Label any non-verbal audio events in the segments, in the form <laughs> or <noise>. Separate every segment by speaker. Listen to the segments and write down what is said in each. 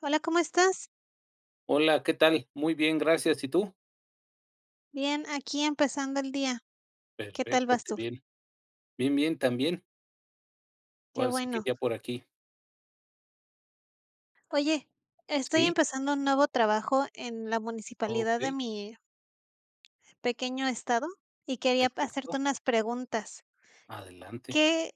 Speaker 1: Hola, ¿cómo estás?
Speaker 2: Hola, ¿qué tal? Muy bien, gracias. ¿Y tú?
Speaker 1: Bien, aquí empezando el día. ¿Qué tal
Speaker 2: Perfecto,
Speaker 1: vas
Speaker 2: qué
Speaker 1: tú?
Speaker 2: bien. Bien, bien, también.
Speaker 1: Qué
Speaker 2: Ahora sí que
Speaker 1: bueno.
Speaker 2: ya por aquí.
Speaker 1: Oye, estoy
Speaker 2: Sí,
Speaker 1: empezando un nuevo trabajo en la
Speaker 2: ok,
Speaker 1: municipalidad de mi pequeño estado y quería hacerte
Speaker 2: perfecto.
Speaker 1: unas preguntas.
Speaker 2: Adelante.
Speaker 1: ¿Qué,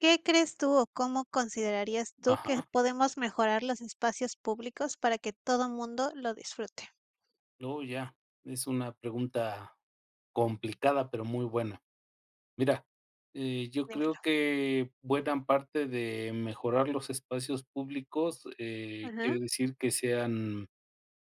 Speaker 1: qué crees tú o cómo considerarías tú que
Speaker 2: Ajá.
Speaker 1: podemos mejorar los espacios públicos para que todo mundo lo disfrute?
Speaker 2: Luego ya. Es una pregunta complicada, pero muy buena. Mira, yo creo
Speaker 1: Dímelo.
Speaker 2: que buena parte de mejorar los espacios públicos
Speaker 1: Ajá,
Speaker 2: quiere decir que sean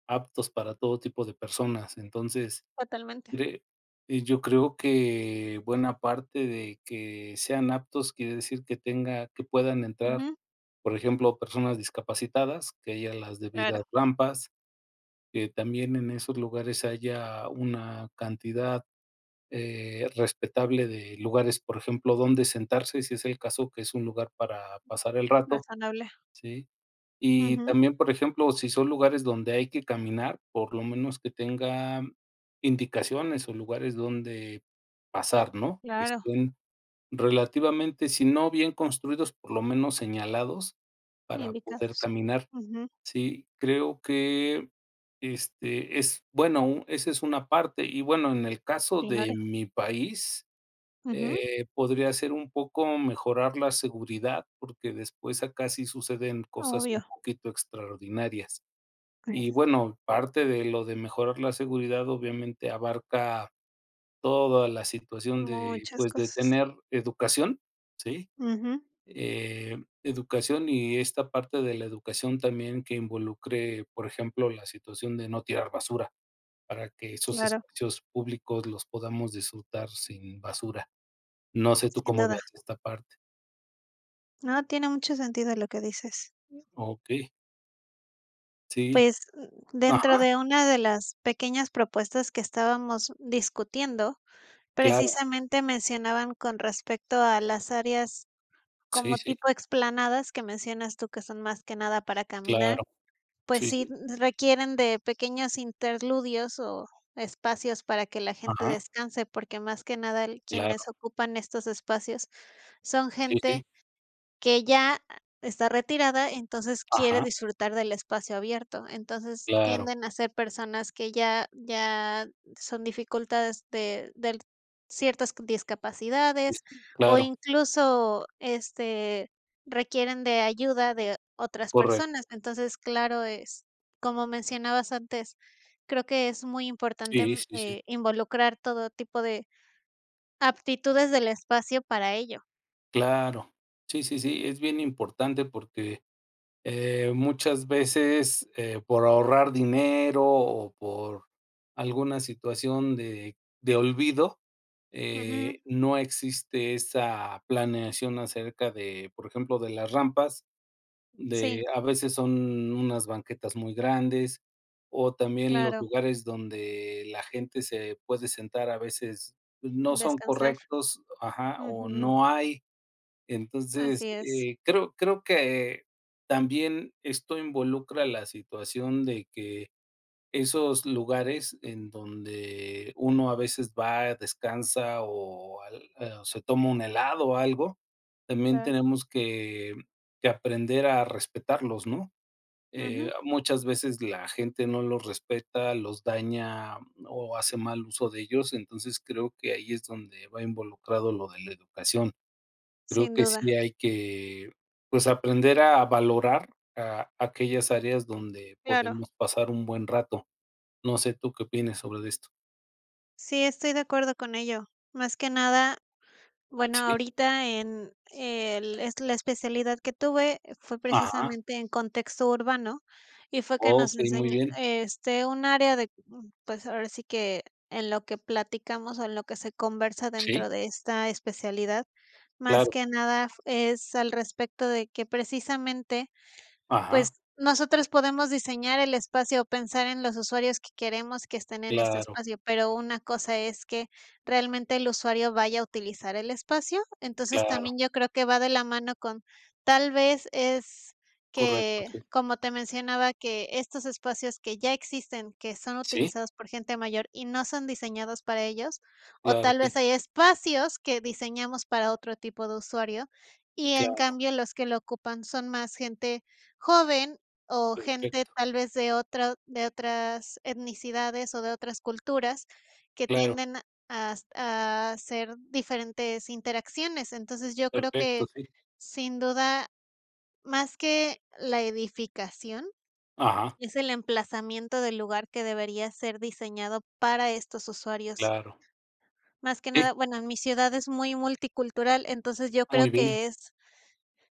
Speaker 2: aptos para todo tipo de personas. Entonces,
Speaker 1: totalmente.
Speaker 2: Cre yo creo que buena parte de que sean aptos quiere decir que puedan entrar,
Speaker 1: Ujú,
Speaker 2: por ejemplo, personas discapacitadas, que haya las
Speaker 1: claro,
Speaker 2: debidas rampas, que también en esos lugares haya una cantidad, respetable de lugares, por ejemplo, donde sentarse, si es el caso que es un lugar para pasar el rato.
Speaker 1: razonable.
Speaker 2: Sí. Y
Speaker 1: Ujú,
Speaker 2: también, por ejemplo, si son lugares donde hay que caminar, por lo menos que tenga indicaciones o lugares donde pasar, ¿no? Que
Speaker 1: claro,
Speaker 2: estén relativamente, si no bien construidos, por lo menos señalados para poder
Speaker 1: indicados.
Speaker 2: caminar.
Speaker 1: Ujú,
Speaker 2: Sí, creo que, este, es bueno, esa es una parte. Y bueno, en el caso
Speaker 1: claro.
Speaker 2: de mi país
Speaker 1: Ujú,
Speaker 2: podría ser un poco mejorar la seguridad, porque después acá sí suceden cosas un
Speaker 1: obvio.
Speaker 2: poquito extraordinarias. Y
Speaker 1: Pues,
Speaker 2: bueno, parte de lo de mejorar la seguridad obviamente abarca toda la situación de,
Speaker 1: muchas
Speaker 2: pues, de
Speaker 1: cosas.
Speaker 2: tener educación, ¿sí?
Speaker 1: Ujú,
Speaker 2: Eh, educación y esta parte de la educación también que involucre, por ejemplo, la situación de no tirar basura, para que esos
Speaker 1: claro,
Speaker 2: espacios públicos los podamos disfrutar sin basura. No sé tú
Speaker 1: sin
Speaker 2: cómo
Speaker 1: duda.
Speaker 2: veas esta parte.
Speaker 1: No, tiene mucho sentido lo que dices.
Speaker 2: Okey, sí.
Speaker 1: Pues, dentro
Speaker 2: Ajá,
Speaker 1: de una de las pequeñas propuestas que estábamos discutiendo,
Speaker 2: claro.
Speaker 1: precisamente mencionaban con respecto a las áreas
Speaker 2: Sí,
Speaker 1: como
Speaker 2: sí,
Speaker 1: tipo explanadas que mencionas tú, que son más que nada para caminar,
Speaker 2: claro.
Speaker 1: pues
Speaker 2: Sí,
Speaker 1: sí,
Speaker 2: sí.
Speaker 1: requieren de pequeños interludios o espacios para que la gente
Speaker 2: Ajá,
Speaker 1: descanse, porque más que nada el
Speaker 2: claro.
Speaker 1: quienes ocupan estos espacios son
Speaker 2: Sí, sí.
Speaker 1: gente que ya está retirada, entonces quiere
Speaker 2: Ajá,
Speaker 1: disfrutar del espacio abierto. Entonces
Speaker 2: claro.
Speaker 1: tienden a ser personas que ya son dificultades de ciertas
Speaker 2: Sí,
Speaker 1: discapacidades
Speaker 2: sí,
Speaker 1: o
Speaker 2: claro.
Speaker 1: incluso este, requieren de ayuda de otras
Speaker 2: Correcto.
Speaker 1: personas. Entonces, claro, es como mencionabas antes, creo que es muy importante
Speaker 2: Sí, sí, sí.
Speaker 1: involucrar todo tipo de aptitudes del espacio para ello.
Speaker 2: Claro. Sí, sí, sí, es bien importante porque, muchas veces, por ahorrar dinero o por alguna situación de olvido,
Speaker 1: Ujú,
Speaker 2: no existe esa planeación acerca de, por ejemplo, de las rampas.
Speaker 1: sí,
Speaker 2: De a veces son unas banquetas muy grandes, o también los
Speaker 1: claro.
Speaker 2: lugares donde la gente se puede sentar a veces no son
Speaker 1: Descansar.
Speaker 2: correctos, ajá, o
Speaker 1: Ujú,
Speaker 2: no hay. Entonces,
Speaker 1: así es,
Speaker 2: creo que también esto involucra la situación de que esos lugares en donde uno a veces va, descansa o se toma un helado o algo, también
Speaker 1: claro.
Speaker 2: tenemos que aprender a respetarlos, ¿no?
Speaker 1: Ujú,
Speaker 2: Muchas veces la gente no los respeta, los daña o hace mal uso de ellos, entonces creo que ahí es donde va involucrado lo de la educación. Creo
Speaker 1: sin
Speaker 2: que sí
Speaker 1: duda,
Speaker 2: hay que, pues, aprender a valorar a aquellas áreas donde
Speaker 1: claro.
Speaker 2: podemos pasar un buen rato. No sé tú qué opines sobre de esto.
Speaker 1: Sí, estoy de acuerdo con ello. Más que nada, bueno,
Speaker 2: Sí,
Speaker 1: ahorita en el es la especialidad que tuve fue
Speaker 2: ajá,
Speaker 1: precisamente en contexto urbano y fue que
Speaker 2: ok,
Speaker 1: nos
Speaker 2: muy
Speaker 1: enseñó
Speaker 2: bien.
Speaker 1: este, un área de, pues ahora sí que en lo que platicamos o en lo que se conversa
Speaker 2: Sí,
Speaker 1: dentro de esta especialidad, más
Speaker 2: claro,
Speaker 1: que nada es al respecto de que precisamente pues,
Speaker 2: ajá,
Speaker 1: nosotros podemos diseñar el espacio o pensar en los usuarios que queremos que estén en este
Speaker 2: claro,
Speaker 1: espacio, pero una cosa es que realmente el usuario vaya a utilizar el espacio. Entonces,
Speaker 2: claro,
Speaker 1: también yo creo que va de la mano con tal vez es
Speaker 2: correcto,
Speaker 1: que,
Speaker 2: sí.
Speaker 1: como te mencionaba, que estos espacios que ya existen, que son
Speaker 2: Sí,
Speaker 1: utilizados por gente mayor y no son diseñados para ellos, o
Speaker 2: claro,
Speaker 1: tal
Speaker 2: sí,
Speaker 1: vez hay espacios que diseñamos para otro tipo de usuario, y en
Speaker 2: claro,
Speaker 1: cambio los que lo ocupan son más gente joven o gente
Speaker 2: perfecto,
Speaker 1: tal vez de otra de otras etnicidades o de otras culturas que
Speaker 2: claro,
Speaker 1: tienden a hacer diferentes interacciones. Entonces, yo creo
Speaker 2: perfecto,
Speaker 1: que
Speaker 2: sí,
Speaker 1: sin duda, más que la edificación,
Speaker 2: ajá,
Speaker 1: es el emplazamiento del lugar que debería ser diseñado para estos usuarios.
Speaker 2: claro,
Speaker 1: Más que
Speaker 2: sí,
Speaker 1: nada, bueno, mi ciudad es muy multicultural, entonces yo
Speaker 2: muy
Speaker 1: creo
Speaker 2: bien,
Speaker 1: que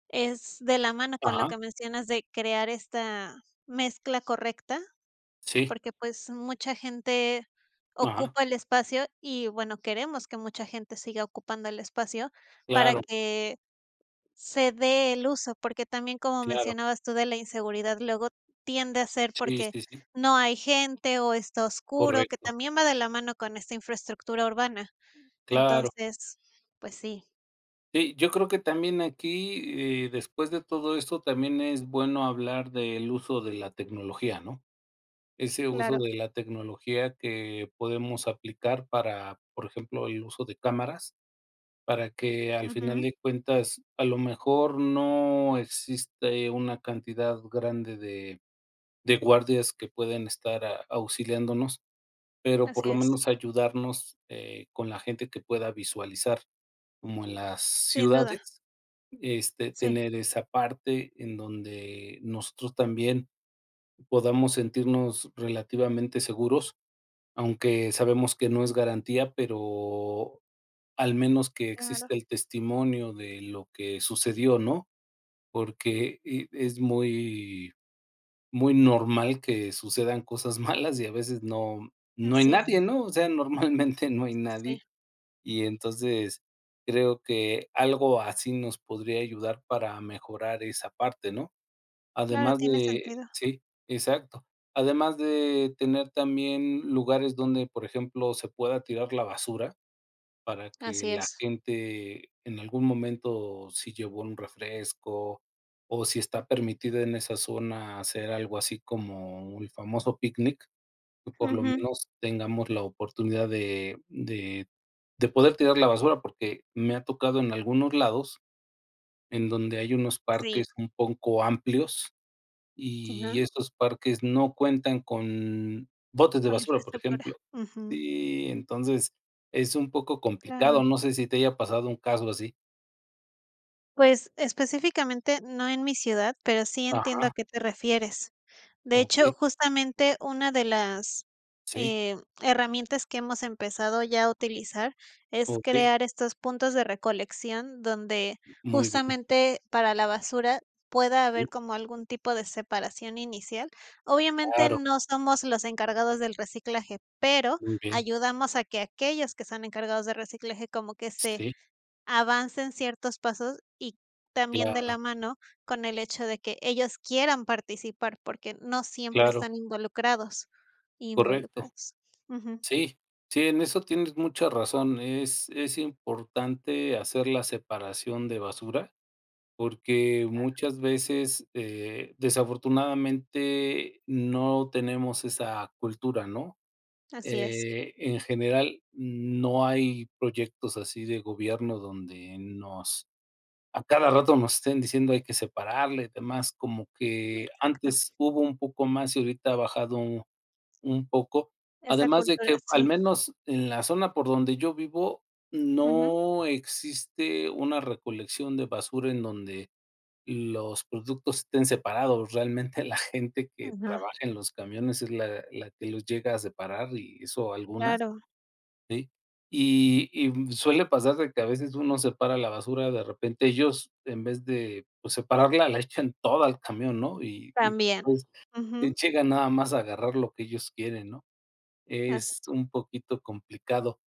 Speaker 1: es de la mano con lo
Speaker 2: ajá,
Speaker 1: que mencionas de crear esta mezcla correcta,
Speaker 2: sí,
Speaker 1: porque, pues, mucha gente
Speaker 2: ajá,
Speaker 1: ocupa el espacio y, bueno, queremos que mucha gente siga ocupando el espacio para
Speaker 2: claro,
Speaker 1: que se dé el uso, porque también, como
Speaker 2: claro,
Speaker 1: mencionabas tú de la inseguridad, luego tiende a ser
Speaker 2: sí,
Speaker 1: porque
Speaker 2: sí, sí,
Speaker 1: no hay gente o está oscuro, que
Speaker 2: correcto,
Speaker 1: también va de la mano con esta infraestructura urbana.
Speaker 2: claro.
Speaker 1: Entonces, pues sí,
Speaker 2: Sí, yo creo que también aquí, después de todo esto, también es bueno hablar del uso de la tecnología, ¿no? Ese uso
Speaker 1: claro.
Speaker 2: de la tecnología que podemos aplicar para, por ejemplo, el uso de cámaras, para que al final
Speaker 1: Ujú,
Speaker 2: de cuentas, a lo mejor no existe una cantidad grande de guardias que pueden estar a auxiliándonos, pero por
Speaker 1: así
Speaker 2: lo
Speaker 1: es,
Speaker 2: menos ayudarnos, con la gente que pueda visualizar, como en las
Speaker 1: sin duda,
Speaker 2: ciudades, este,
Speaker 1: sí,
Speaker 2: tener esa parte en donde nosotros también podamos sentirnos relativamente seguros, aunque sabemos que no es garantía, pero al menos que exista
Speaker 1: claro.
Speaker 2: el testimonio de lo que sucedió, ¿no? Porque, es muy normal que sucedan cosas <laughs> malas y a veces no hay
Speaker 1: Así
Speaker 2: nadie,
Speaker 1: es.
Speaker 2: ¿no? O sea, normalmente no hay
Speaker 1: Sí,
Speaker 2: nadie, y entonces creo que algo así nos podría ayudar para mejorar esa parte, ¿no?
Speaker 1: claro,
Speaker 2: Además
Speaker 1: tiene
Speaker 2: de
Speaker 1: sentido.
Speaker 2: sí, exacto. Además de tener también lugares donde, por ejemplo, se pueda tirar la basura para que
Speaker 1: Así
Speaker 2: la
Speaker 1: es.
Speaker 2: gente en algún momento, si llevó un refresco o si está permitido en esa zona hacer algo así como el famoso picnic, que por lo
Speaker 1: Ujú,
Speaker 2: menos tengamos la oportunidad de poder tirar la basura, porque me ha tocado en algunos lados en donde hay unos parques
Speaker 1: sí.
Speaker 2: un poco amplios
Speaker 1: Ajá,
Speaker 2: y esos parques no cuentan con botes de
Speaker 1: con la
Speaker 2: basura, por
Speaker 1: infraestructura.
Speaker 2: ejemplo.
Speaker 1: Ujú,
Speaker 2: Sí, entonces es un poco complicado,
Speaker 1: claro.
Speaker 2: no sé si te haya pasado un caso así.
Speaker 1: Pues, específicamente, no en mi ciudad, pero sí entiendo a
Speaker 2: Ajá,
Speaker 1: qué te refieres. De hecho,
Speaker 2: okey,
Speaker 1: justamente una de las,
Speaker 2: sí,
Speaker 1: herramientas que hemos empezado ya a utilizar es
Speaker 2: okey,
Speaker 1: crear estos puntos de recolección donde
Speaker 2: muy bien,
Speaker 1: justamente para la basura pueda
Speaker 2: sí,
Speaker 1: haber como algún tipo de separación inicial. Obviamente
Speaker 2: claro,
Speaker 1: no somos los encargados del reciclaje, pero
Speaker 2: muy bien,
Speaker 1: ayudamos a que aquellos que son encargados de reciclaje como que se
Speaker 2: sí,
Speaker 1: avancen ciertos pasos y también de
Speaker 2: claro,
Speaker 1: la mano con el hecho de que ellos quieran participar, porque no siempre
Speaker 2: claro,
Speaker 1: están involucrados,
Speaker 2: correcto.
Speaker 1: involucrados. Ujú,
Speaker 2: Sí, sí, en eso tienes mucha razón, es importante hacer la separación de basura. Porque muchas veces, desafortunadamente, no tenemos esa cultura, ¿no?
Speaker 1: así es,
Speaker 2: En general, no hay proyectos así de gobierno donde nos a cada rato nos estén diciendo: "Hay que separarle, y demás, como que
Speaker 1: exacto.
Speaker 2: antes hubo un poco más y ahorita ha bajado un poco.
Speaker 1: Esa
Speaker 2: Además de que,
Speaker 1: cultura,
Speaker 2: al
Speaker 1: sí.
Speaker 2: menos en la zona por donde yo vivo,
Speaker 1: Ujú,
Speaker 2: no existe una recolección de basura en donde los productos estén separados. Realmente la gente que
Speaker 1: ajá,
Speaker 2: trabaja en los camiones es la que los llega a separar y eso algunas,
Speaker 1: claro,
Speaker 2: ¿sí? Suele pasar de que a veces uno separa la basura, de repente ellos, en vez de, pues, separarla, la echan toda al camión, ¿no? Y
Speaker 1: también.
Speaker 2: después,
Speaker 1: Ujú,
Speaker 2: llegan nada más a agarrar lo que ellos quieren, ¿no?
Speaker 1: así,
Speaker 2: Es un poquito complicado.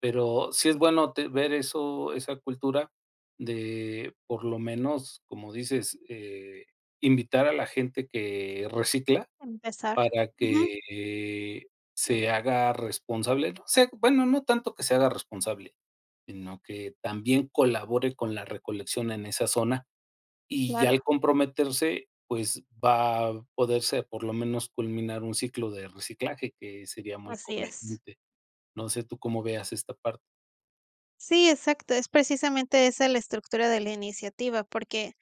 Speaker 2: Pero sí es bueno te ver eso, esa cultura de, por lo menos, como dices, invitar a la gente que recicla
Speaker 1: empezar.
Speaker 2: para
Speaker 1: Ujú,
Speaker 2: que, se haga responsable, no sé, bueno, no tanto que se haga responsable, sino que también colabore con la recolección en esa zona, y ya
Speaker 1: claro,
Speaker 2: al comprometerse, pues, va a poderse, por lo menos, culminar un ciclo de reciclaje, que sería muy
Speaker 1: así es.
Speaker 2: conveniente. No sé tú cómo veas esta parte.
Speaker 1: Sí, exacto, es precisamente esa la estructura de la iniciativa, porque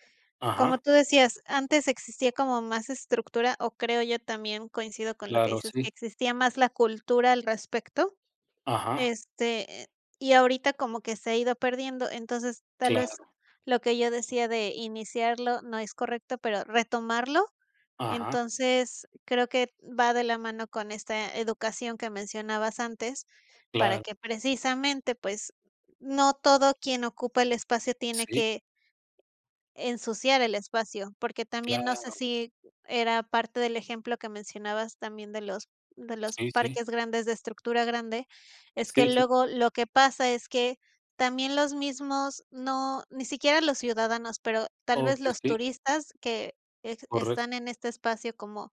Speaker 1: como
Speaker 2: Ajá.
Speaker 1: tú decías, antes existía como más estructura, o creo yo también coincido con lo que
Speaker 2: Claro,
Speaker 1: dices,
Speaker 2: sí.
Speaker 1: que existía más la cultura al respecto,
Speaker 2: Ajá,
Speaker 1: este, y ahorita como que se ha ido perdiendo. Entonces, tal vez
Speaker 2: claro,
Speaker 1: lo que yo decía de iniciarlo no es correcto, pero retomarlo.
Speaker 2: ajá,
Speaker 1: Entonces, creo que va de la mano con esta educación que mencionabas antes, para
Speaker 2: claro,
Speaker 1: que precisamente, pues, no todo quien ocupa el espacio tiene
Speaker 2: sí,
Speaker 1: que ensuciar el espacio, porque también no sé
Speaker 2: claro,
Speaker 1: si era parte del ejemplo que mencionabas también de los
Speaker 2: sí, sí,
Speaker 1: parques grandes de estructura grande, es que
Speaker 2: sí, sí,
Speaker 1: luego lo que pasa es que también los mismos no, ni siquiera los ciudadanos, pero tal vez
Speaker 2: okey,
Speaker 1: los
Speaker 2: sí,
Speaker 1: turistas que ex están
Speaker 2: correcto.
Speaker 1: en este espacio como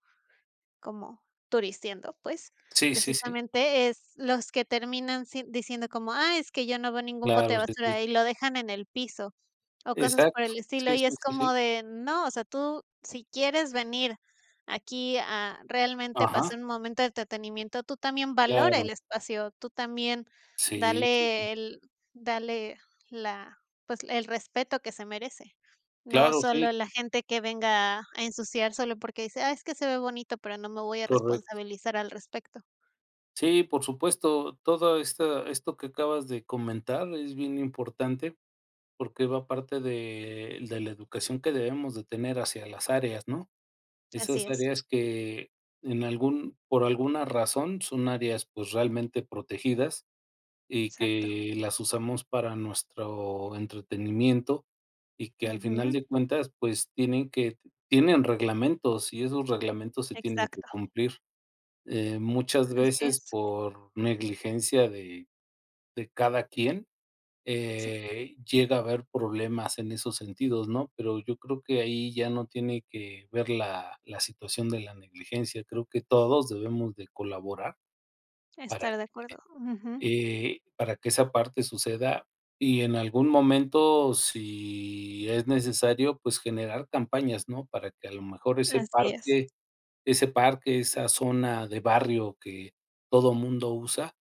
Speaker 1: como turisteando, pues,
Speaker 2: Sí, sí, sí,
Speaker 1: precisamente es los que terminan si diciendo como: "Ah, es que yo no veo ningún bote
Speaker 2: claro,
Speaker 1: de
Speaker 2: sí, sí.
Speaker 1: basura", y lo dejan en el piso. O cosas por
Speaker 2: Exacto,
Speaker 1: el estilo,
Speaker 2: sí,
Speaker 1: y
Speaker 2: sí,
Speaker 1: es
Speaker 2: sí, sí,
Speaker 1: como de, no, o sea, tú si quieres venir aquí a realmente pasar
Speaker 2: ajá,
Speaker 1: un momento de entretenimiento, tú también valora
Speaker 2: claro,
Speaker 1: el espacio, tú también
Speaker 2: sí, sí,
Speaker 1: dale el dale la pues, el respeto que se merece. No
Speaker 2: claro, sí,
Speaker 1: solo la gente que venga a ensuciar solo porque dice: "Ah, es que se ve bonito, pero no me voy a
Speaker 2: correcto.
Speaker 1: responsabilizar al respecto".
Speaker 2: Sí, por supuesto, todo esta esto que acabas de comentar es bien importante, porque va parte de la educación que debemos de tener hacia las áreas, ¿no?
Speaker 1: Así
Speaker 2: Esas
Speaker 1: es,
Speaker 2: áreas que en algún por alguna razón son áreas, pues, realmente protegidas y
Speaker 1: exacto.
Speaker 2: que las usamos para nuestro entretenimiento y que al final
Speaker 1: Ujú,
Speaker 2: de cuentas, pues, tienen reglamentos y esos reglamentos se tienen que
Speaker 1: exacto,
Speaker 2: cumplir, muchas
Speaker 1: así
Speaker 2: veces
Speaker 1: es.
Speaker 2: por negligencia de cada quien
Speaker 1: Sí,
Speaker 2: llega a haber problemas en esos sentidos, ¿no? Pero yo creo que ahí ya no tiene que ver la situación de la negligencia. Creo que todos debemos de colaborar para,
Speaker 1: estar de acuerdo. Ujú,
Speaker 2: para que esa parte suceda y en algún momento, si es necesario, pues generar campañas, ¿no? Para que a lo mejor
Speaker 1: así es.
Speaker 2: ese parque, esa zona de barrio que todo mundo usa,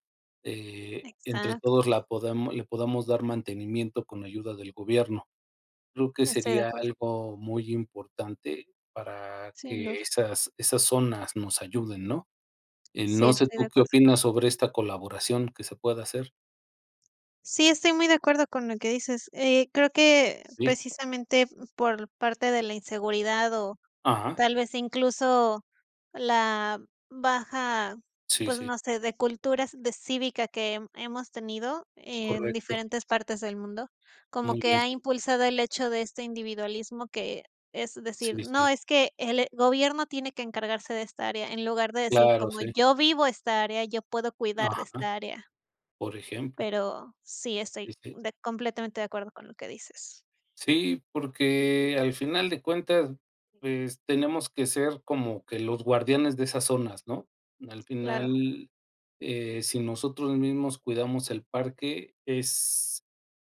Speaker 2: entre
Speaker 1: Exacto,
Speaker 2: todos la podamo le podamos dar mantenimiento con ayuda del gobierno. Creo que
Speaker 1: estoy de
Speaker 2: sería
Speaker 1: acuerdo,
Speaker 2: algo muy importante para
Speaker 1: sin
Speaker 2: que
Speaker 1: duda.
Speaker 2: esas zonas nos ayuden, ¿no?
Speaker 1: Sí,
Speaker 2: No sé
Speaker 1: estoy de
Speaker 2: tú qué
Speaker 1: acuerdo.
Speaker 2: opinas sobre esta colaboración que se pueda hacer.
Speaker 1: Sí, estoy muy de acuerdo con lo que dices. Creo que
Speaker 2: Sí.
Speaker 1: precisamente por parte de la inseguridad o
Speaker 2: Ajá.
Speaker 1: tal vez incluso la baja,
Speaker 2: Sí,
Speaker 1: pues,
Speaker 2: sí,
Speaker 1: no sé, de culturas de cívica que hemos tenido en
Speaker 2: correcto.
Speaker 1: diferentes partes del mundo, como
Speaker 2: Muy
Speaker 1: que
Speaker 2: bien.
Speaker 1: ha impulsado el hecho de este individualismo que es
Speaker 2: Sí,
Speaker 1: decir:
Speaker 2: sí, sí,
Speaker 1: "No, es que el gobierno tiene que encargarse de esta área", en lugar de decir
Speaker 2: claro,
Speaker 1: como:
Speaker 2: sí.
Speaker 1: "Yo vivo esta área, yo puedo cuidar de
Speaker 2: Ajá,
Speaker 1: esta área",
Speaker 2: por ejemplo.
Speaker 1: pero sí estoy
Speaker 2: Sí, sí.
Speaker 1: de completamente de acuerdo con lo que dices.
Speaker 2: Sí, porque al final de cuentas, pues, tenemos que ser como que los guardianes de esas zonas, ¿no? Al
Speaker 1: Claro,
Speaker 2: final, si nosotros mismos cuidamos el parque, es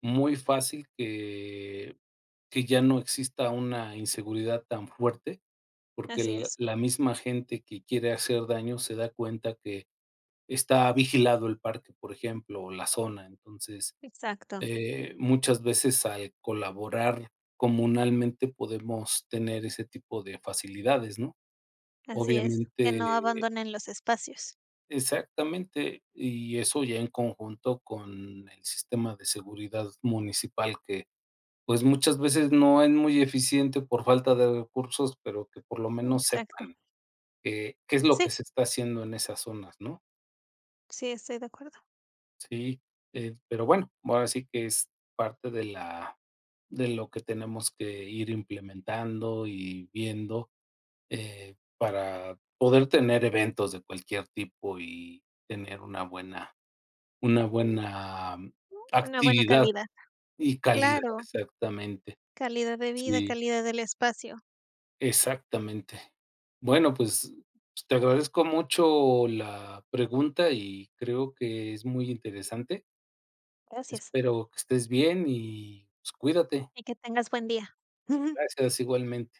Speaker 2: muy fácil que ya no exista una inseguridad tan fuerte, porque
Speaker 1: así
Speaker 2: la
Speaker 1: es.
Speaker 2: la misma gente que quiere hacer daño se da cuenta que está vigilado el parque, por ejemplo, o la zona. Entonces
Speaker 1: Exacto.
Speaker 2: muchas veces al colaborar comunalmente podemos tener ese tipo de facilidades, ¿no?
Speaker 1: Así es, que
Speaker 2: Obviamente
Speaker 1: no abandonen los espacios.
Speaker 2: exactamente, y eso ya en conjunto con el sistema de seguridad municipal que, pues, muchas veces no es muy eficiente por falta de recursos, pero que por lo menos
Speaker 1: Exacto.
Speaker 2: sepan, qué es lo que
Speaker 1: Sí,
Speaker 2: se está haciendo en esas zonas, ¿no?
Speaker 1: sí, estoy de acuerdo.
Speaker 2: Sí, pero bueno, ahora sí que es parte de la de lo que tenemos que ir implementando y viendo, para poder tener eventos de cualquier tipo y tener una buena una buena mm,
Speaker 1: Una buena
Speaker 2: actividad
Speaker 1: calidad.
Speaker 2: y calidad,
Speaker 1: Claro,
Speaker 2: exactamente.
Speaker 1: calidad de vida,
Speaker 2: Sí,
Speaker 1: calidad del espacio.
Speaker 2: exactamente. Bueno, pues, te agradezco mucho la pregunta y creo que es muy interesante.
Speaker 1: Gracias,
Speaker 2: Espero que estés bien y, pues, cuídate.
Speaker 1: y que tengas buen día. <laughs> Bye.
Speaker 2: Gracias, igualmente.